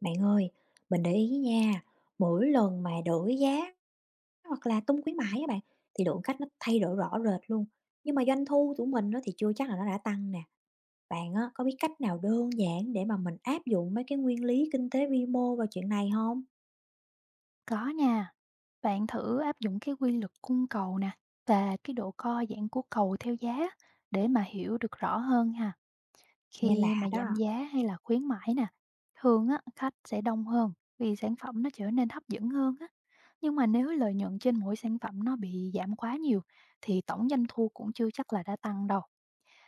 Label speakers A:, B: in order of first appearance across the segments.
A: Bạn ơi, mình để ý nha, mỗi lần mà đổi giá hoặc là tung khuyến mãi á bạn, thì lượng khách nó thay đổi rõ rệt luôn. Nhưng mà doanh thu của mình nó thì chưa chắc là nó đã tăng nè. Bạn á, có biết cách nào đơn giản để mà mình áp dụng mấy cái nguyên lý kinh tế vi mô vào chuyện này không?
B: Có nha, bạn thử áp dụng cái quy luật cung cầu nè và cái độ co giãn của cầu theo giá để mà hiểu được rõ hơn ha.
A: Nghe
B: Khi
A: lạ
B: mà giảm
A: đó.
B: giá hay là khuyến mãi nè, thường á khách sẽ đông hơn vì sản phẩm nó trở nên hấp dẫn hơn á. Nhưng mà nếu lợi nhuận trên mỗi sản phẩm nó bị giảm quá nhiều thì tổng doanh thu cũng chưa chắc là đã tăng đâu.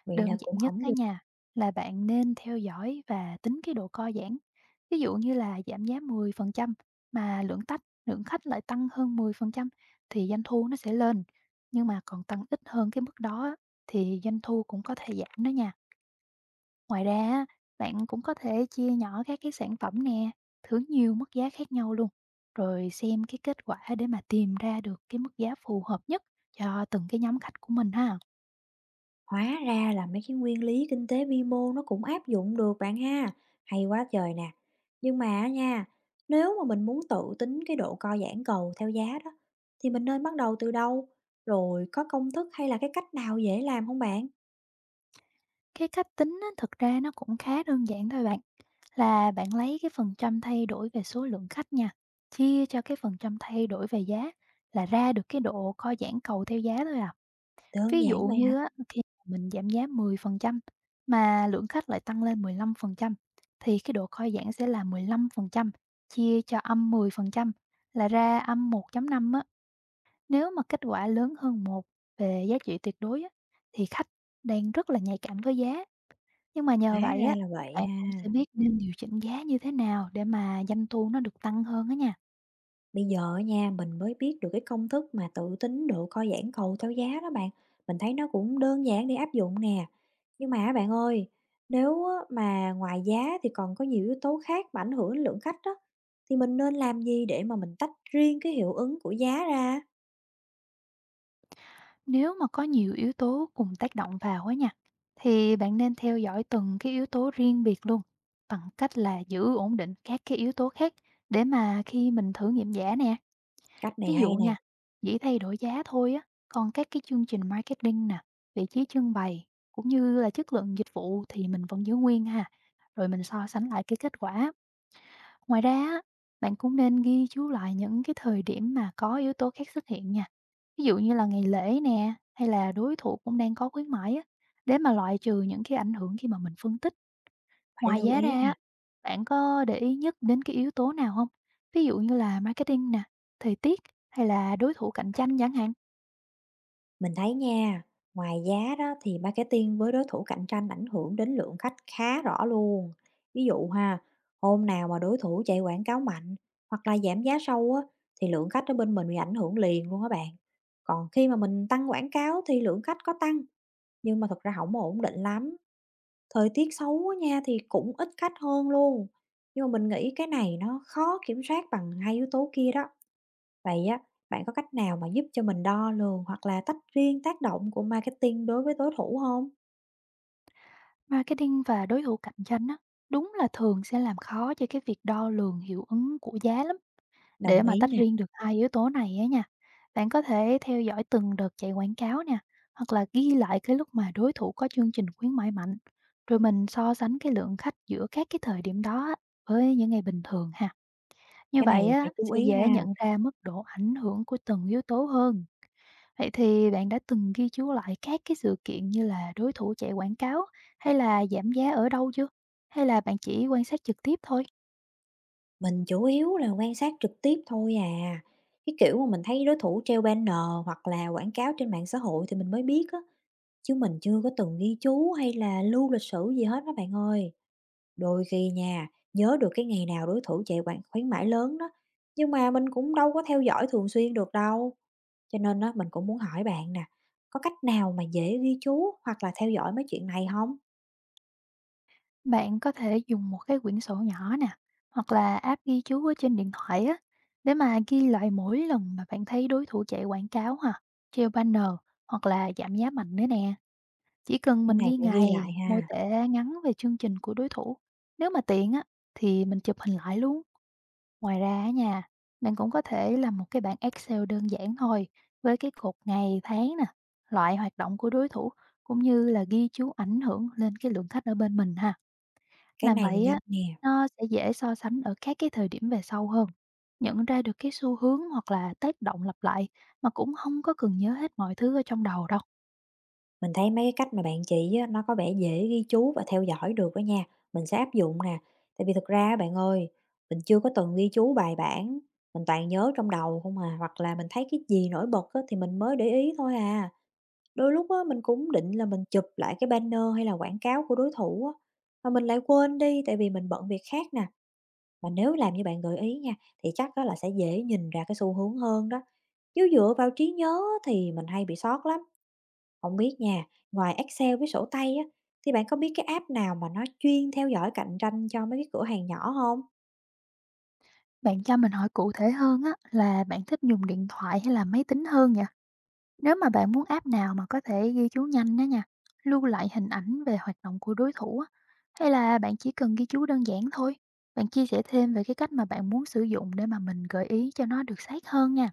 A: Vậy
B: Đơn
A: là
B: giản
A: cũng
B: nhất
A: không
B: á
A: được.
B: nha, là bạn nên theo dõi và tính cái độ co giãn. Ví dụ như là giảm giá 10% mà lượng khách lại tăng hơn 10% thì doanh thu nó sẽ lên, nhưng mà còn tăng ít hơn cái mức đó á, thì doanh thu cũng có thể giảm đó nha. Ngoài ra á, bạn cũng có thể chia nhỏ các cái sản phẩm nè, thử nhiều mức giá khác nhau luôn, rồi xem cái kết quả để mà tìm ra được cái mức giá phù hợp nhất cho từng cái nhóm khách của mình ha.
A: Hóa ra là mấy cái nguyên lý kinh tế vi mô nó cũng áp dụng được bạn ha. Hay quá trời nè. Nhưng mà á nha, nếu mà mình muốn tự tính cái độ co giãn cầu theo giá đó, thì mình nên bắt đầu từ đâu? Rồi có công thức hay là cái cách nào dễ làm không bạn?
B: Cái cách tính á, thực ra nó cũng khá đơn giản thôi bạn, là bạn lấy cái phần trăm thay đổi về số lượng khách nha, chia cho cái phần trăm thay đổi về giá là ra được cái độ co giãn cầu theo giá thôi à.
A: Đơn
B: Ví dụ
A: giản vậy hả?
B: như á, khi mình giảm giá 10% mà lượng khách lại tăng lên 15% thì cái độ co giãn sẽ là 15% chia cho âm 10% là ra âm 1.5 á. Nếu mà kết quả lớn hơn một về giá trị tuyệt đối á, thì khách đang rất là nhạy cảm với giá, nhưng mà
A: Hóa
B: nhờ vậy
A: ra
B: á,
A: là vậy
B: bạn cũng sẽ
A: ha.
B: biết nên điều chỉnh giá như thế nào để mà doanh thu nó được tăng hơn á nha.
A: Bây giờ á nha, mình mới biết được cái công thức mà tự tính độ co giãn cầu theo giá đó bạn. Mình thấy nó cũng đơn giản để áp dụng nè. Nhưng mà á bạn ơi, nếu á mà ngoài giá thì còn có nhiều yếu tố khác mà ảnh hưởng đến lượng khách đó, thì mình nên làm gì để mà mình tách riêng cái hiệu ứng của giá ra?
B: Nếu mà có nhiều yếu tố cùng tác động vào á nha, thì bạn nên theo dõi từng cái yếu tố riêng biệt luôn, bằng cách là giữ ổn định các cái yếu tố khác để mà khi mình thử nghiệm giá nè,
A: Cách này
B: ví
A: hay
B: dụ
A: nè,
B: nha, chỉ thay đổi giá thôi á, còn các cái chương trình marketing nè, vị trí trưng bày cũng như là chất lượng dịch vụ thì mình vẫn giữ nguyên ha. Rồi mình so sánh lại cái kết quả. Ngoài ra á, bạn cũng nên ghi chú lại những cái thời điểm mà có yếu tố khác xuất hiện nha. Ví dụ như là ngày lễ nè, hay là đối thủ cũng đang có khuyến mãi á, để mà loại trừ những cái ảnh hưởng khi mà mình phân tích.
A: phải
B: Ngoài
A: lưu
B: giá
A: ý
B: ra á,
A: ha.
B: bạn có để ý nhất đến cái yếu tố nào không? Ví dụ như là marketing nè, thời tiết, hay là đối thủ cạnh tranh chẳng hạn.
A: Mình thấy nha, ngoài giá đó thì marketing với đối thủ cạnh tranh ảnh hưởng đến lượng khách khá rõ luôn. Ví dụ ha, hôm nào mà đối thủ chạy quảng cáo mạnh hoặc là giảm giá sâu á, thì lượng khách ở bên mình bị ảnh hưởng liền luôn á bạn. Còn khi mà mình tăng quảng cáo thì lượng khách có tăng, nhưng mà thật ra không ổn định lắm. Thời tiết xấu á nha thì cũng ít khách hơn luôn, nhưng mà mình nghĩ cái này nó khó kiểm soát bằng hai yếu tố kia đó. Vậy á, bạn có cách nào mà giúp cho mình đo lường hoặc là tách riêng tác động của marketing đối với đối thủ không?
B: Marketing và đối thủ cạnh tranh á, đúng là thường sẽ làm khó cho cái việc đo lường hiệu ứng của giá lắm. Để
A: Đồng
B: mà
A: ý
B: tách
A: nè,
B: riêng được hai yếu tố này á nha, bạn có thể theo dõi từng đợt chạy quảng cáo nè, hoặc là ghi lại cái lúc mà đối thủ có chương trình khuyến mãi mạnh, rồi mình so sánh cái lượng khách giữa các cái thời điểm đó á, với những ngày bình thường ha. Như
A: cái này
B: vậy
A: là phải
B: á,
A: chú
B: sẽ
A: ý
B: dễ
A: ha.
B: nhận ra mức độ ảnh hưởng của từng yếu tố hơn. Vậy thì bạn đã từng ghi chú lại các cái sự kiện như là đối thủ chạy quảng cáo hay là giảm giá ở đâu chưa? Hay là bạn chỉ quan sát trực tiếp thôi?
A: Mình chủ yếu là quan sát trực tiếp thôi à. Cái kiểu mà mình thấy đối thủ treo banner hoặc là quảng cáo trên mạng xã hội thì mình mới biết á, chứ mình chưa có từng ghi chú hay là lưu lịch sử gì hết đó bạn ơi. Đôi khi nha, nhớ được cái ngày nào đối thủ chạy quảng khuyến mãi lớn đó, nhưng mà mình cũng đâu có theo dõi thường xuyên được đâu. Cho nên á, mình cũng muốn hỏi bạn nè, có cách nào mà dễ ghi chú hoặc là theo dõi mấy chuyện này không?
B: Bạn có thể dùng một cái quyển sổ nhỏ nè, hoặc là app ghi chú ở trên điện thoại á, để mà ghi lại mỗi lần mà bạn thấy đối thủ chạy quảng cáo ha, treo banner, hoặc là giảm giá mạnh nữa nè. Chỉ cần
A: Cái
B: mình
A: này
B: ghi
A: phải ghi lại
B: ngày, mô
A: ha,
B: tả ngắn về chương trình của đối thủ. Nếu mà tiện á, thì mình chụp hình lại luôn. Ngoài ra á nha, bạn cũng có thể làm một cái bảng Excel đơn giản thôi, với cái cột ngày, tháng nè, loại hoạt động của đối thủ, cũng như là ghi chú ảnh hưởng lên cái lượng khách ở bên mình ha.
A: cái
B: Làm
A: này thì
B: vậy á,
A: nhanh nè.
B: nó sẽ dễ so sánh ở các cái thời điểm về sau hơn, nhận ra được cái xu hướng hoặc là tác động lặp lại, mà cũng không có cần nhớ hết mọi thứ ở trong đầu đâu.
A: Mình thấy mấy cái cách mà bạn chỉ á, nó có vẻ dễ ghi chú và theo dõi được đó nha, mình sẽ áp dụng nè. Tại vì thực ra á bạn ơi, mình chưa có từng ghi chú bài bản, mình toàn nhớ trong đầu không à, hoặc là mình thấy cái gì nổi bật á, thì mình mới để ý thôi à. Đôi lúc á, mình cũng định là mình chụp lại cái banner hay là quảng cáo của đối thủ á, mà mình lại quên đi tại vì mình bận việc khác nè. Mà nếu làm như bạn gợi ý nha, thì chắc đó là sẽ dễ nhìn ra cái xu hướng hơn đó. Chứ dựa vào trí nhớ á, thì mình hay bị sót lắm. Không biết nha, ngoài Excel với sổ tay á, thì bạn có biết cái app nào mà nó chuyên theo dõi cạnh tranh cho mấy cái cửa hàng nhỏ không?
B: Bạn cho mình hỏi cụ thể hơn á, là bạn thích dùng điện thoại hay là máy tính hơn nhỉ? Nếu mà bạn muốn app nào mà có thể ghi chú nhanh đó nha, lưu lại hình ảnh về hoạt động của đối thủ á, hay là bạn chỉ cần ghi chú đơn giản thôi? Bạn chia sẻ thêm về cái cách mà bạn muốn sử dụng để mà mình gợi ý cho nó được sát hơn nha.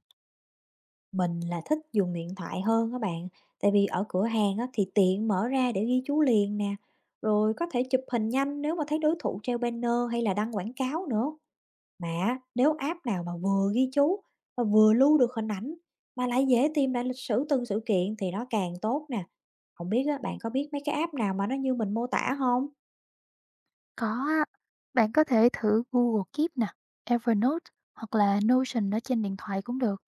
A: Mình là thích dùng điện thoại hơn các bạn, tại vì ở cửa hàng á thì tiện mở ra để ghi chú liền nè, rồi có thể chụp hình nhanh nếu mà thấy đối thủ treo banner hay là đăng quảng cáo nữa. Mà nếu app nào mà vừa ghi chú và vừa lưu được hình ảnh mà lại dễ tìm lại lịch sử từng sự kiện thì nó càng tốt nè. Không biết á, bạn có biết mấy cái app nào mà nó như mình mô tả không?
B: Có á, bạn có thể thử Google Keep nè, Evernote hoặc là Notion ở trên điện thoại cũng được.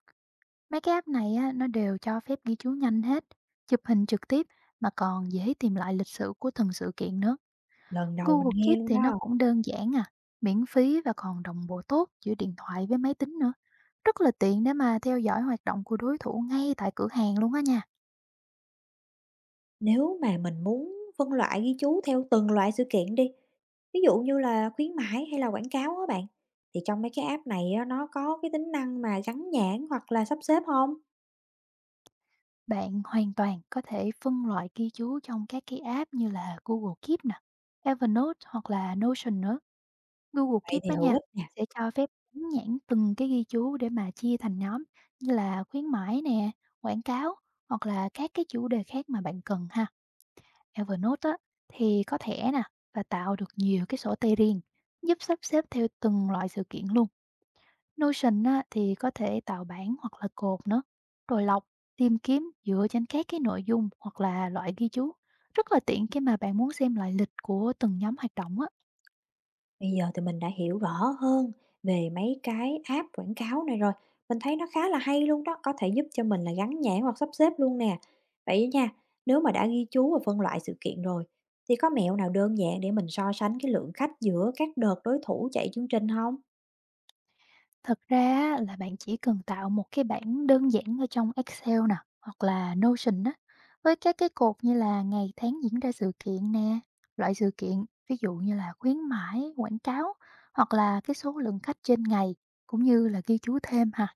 B: Mấy cái app này á, nó đều cho phép ghi chú nhanh hết, chụp hình trực tiếp, mà còn dễ tìm lại lịch sử của từng sự kiện nữa.
A: Lần đầu mình
B: Google
A: nghe
B: Keep
A: luôn
B: thì nó
A: đó.
B: cũng đơn giản à, miễn phí và còn đồng bộ tốt giữa điện thoại với máy tính nữa. Rất là tiện để mà theo dõi hoạt động của đối thủ ngay tại cửa hàng luôn á nha.
A: Nếu mà mình muốn phân loại ghi chú theo từng loại sự kiện đi, ví dụ như là khuyến mãi hay là quảng cáo á bạn, thì trong mấy cái app này á, nó có cái tính năng mà gắn nhãn hoặc là sắp xếp không?
B: Bạn hoàn toàn có thể phân loại ghi chú trong các cái app như là Google Keep nè, Evernote hoặc là Notion nữa. Google
A: Vậy
B: Keep
A: thì
B: á
A: hữu
B: nha,
A: ích nè.
B: sẽ cho phép gắn nhãn từng cái ghi chú để mà chia thành nhóm như là khuyến mãi nè, quảng cáo, hoặc là các cái chủ đề khác mà bạn cần ha. Evernote á, thì có thẻ nè và tạo được nhiều cái sổ tay riêng, giúp sắp xếp theo từng loại sự kiện luôn. Notion á, thì có thể tạo bảng hoặc là cột nữa, rồi lọc, tìm kiếm dựa trên các cái nội dung hoặc là loại ghi chú. Rất là tiện khi mà bạn muốn xem lại lịch của từng nhóm hoạt động á.
A: Bây giờ thì mình đã hiểu rõ hơn về mấy cái app quảng cáo này rồi, mình thấy nó khá là hay luôn đó, có thể giúp cho mình là gắn nhãn hoặc sắp xếp luôn nè. Vậy nha, nếu mà đã ghi chú và phân loại sự kiện rồi, thì có mẹo nào đơn giản để mình so sánh cái lượng khách giữa các đợt đối thủ chạy chương trình không?
B: Thật ra á, là bạn chỉ cần tạo một cái bảng đơn giản ở trong Excel nè, hoặc là Notion á, với các cái cột như là ngày tháng diễn ra sự kiện nè, loại sự kiện, ví dụ như là khuyến mãi, quảng cáo, hoặc là cái số lượng khách trên ngày, cũng như là ghi chú thêm ha.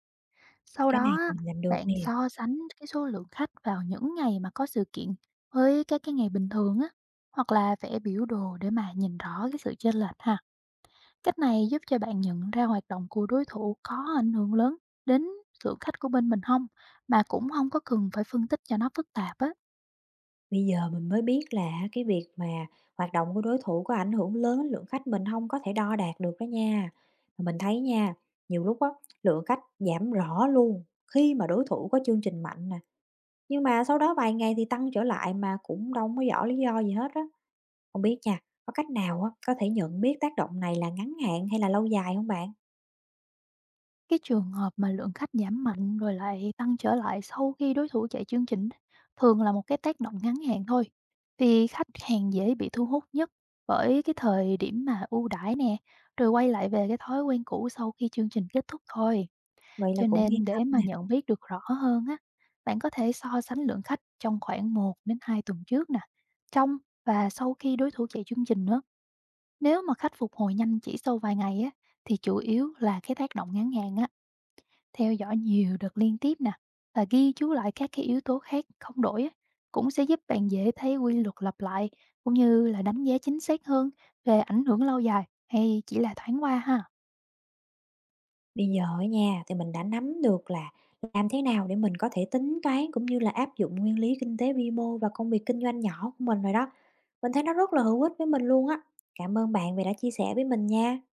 B: Sau
A: Cái này
B: đó
A: thì
B: á,
A: mình làm được nè.
B: bạn so sánh cái số lượng khách vào những ngày mà có sự kiện với các cái ngày bình thường á, hoặc là vẽ biểu đồ để mà nhìn rõ cái sự chênh lệch ha. Cách này giúp cho bạn nhận ra hoạt động của đối thủ có ảnh hưởng lớn đến lượng khách của bên mình không, mà cũng không có cần phải phân tích cho nó phức tạp á.
A: Bây giờ mình mới biết là cái việc mà hoạt động của đối thủ có ảnh hưởng lớn đến lượng khách mình không, có thể đo đạt được đó nha. Mà mình thấy nha, nhiều lúc á, lượng khách giảm rõ luôn khi mà đối thủ có chương trình mạnh nè, nhưng mà sau đó vài ngày thì tăng trở lại mà cũng đâu có rõ lý do gì hết á. Không biết nha, có cách nào á, có thể nhận biết tác động này là ngắn hạn hay là lâu dài không bạn?
B: Cái trường hợp mà lượng khách giảm mạnh rồi lại tăng trở lại sau khi đối thủ chạy chương trình á, thường là một cái tác động ngắn hạn thôi. Vì khách hàng dễ bị thu hút nhất bởi cái thời điểm mà ưu đãi nè, rồi quay lại về cái thói quen cũ sau khi chương trình kết thúc thôi.
A: Vậy là
B: Cho
A: cũng yên
B: nên
A: tâm.
B: để mà nhận biết được rõ hơn á, bạn có thể so sánh lượng khách trong khoảng 1 đến 2 tuần trước nè, trong và sau khi đối thủ chạy chương trình nữa. Nếu mà khách phục hồi nhanh chỉ sau vài ngày á, thì chủ yếu là cái tác động ngắn hạn á. Theo dõi nhiều đợt liên tiếp nè và ghi chú lại các cái yếu tố khác không đổi á, cũng sẽ giúp bạn dễ thấy quy luật lặp lại, cũng như là đánh giá chính xác hơn về ảnh hưởng lâu dài hay chỉ là thoáng qua ha.
A: Bây giờ á nha, thì mình đã nắm được là làm thế nào để mình có thể tính toán cũng như là áp dụng nguyên lý kinh tế vĩ mô và công việc kinh doanh nhỏ của mình rồi đó. Mình thấy nó rất là hữu ích với mình luôn á. Cảm ơn bạn vì đã chia sẻ với mình nha.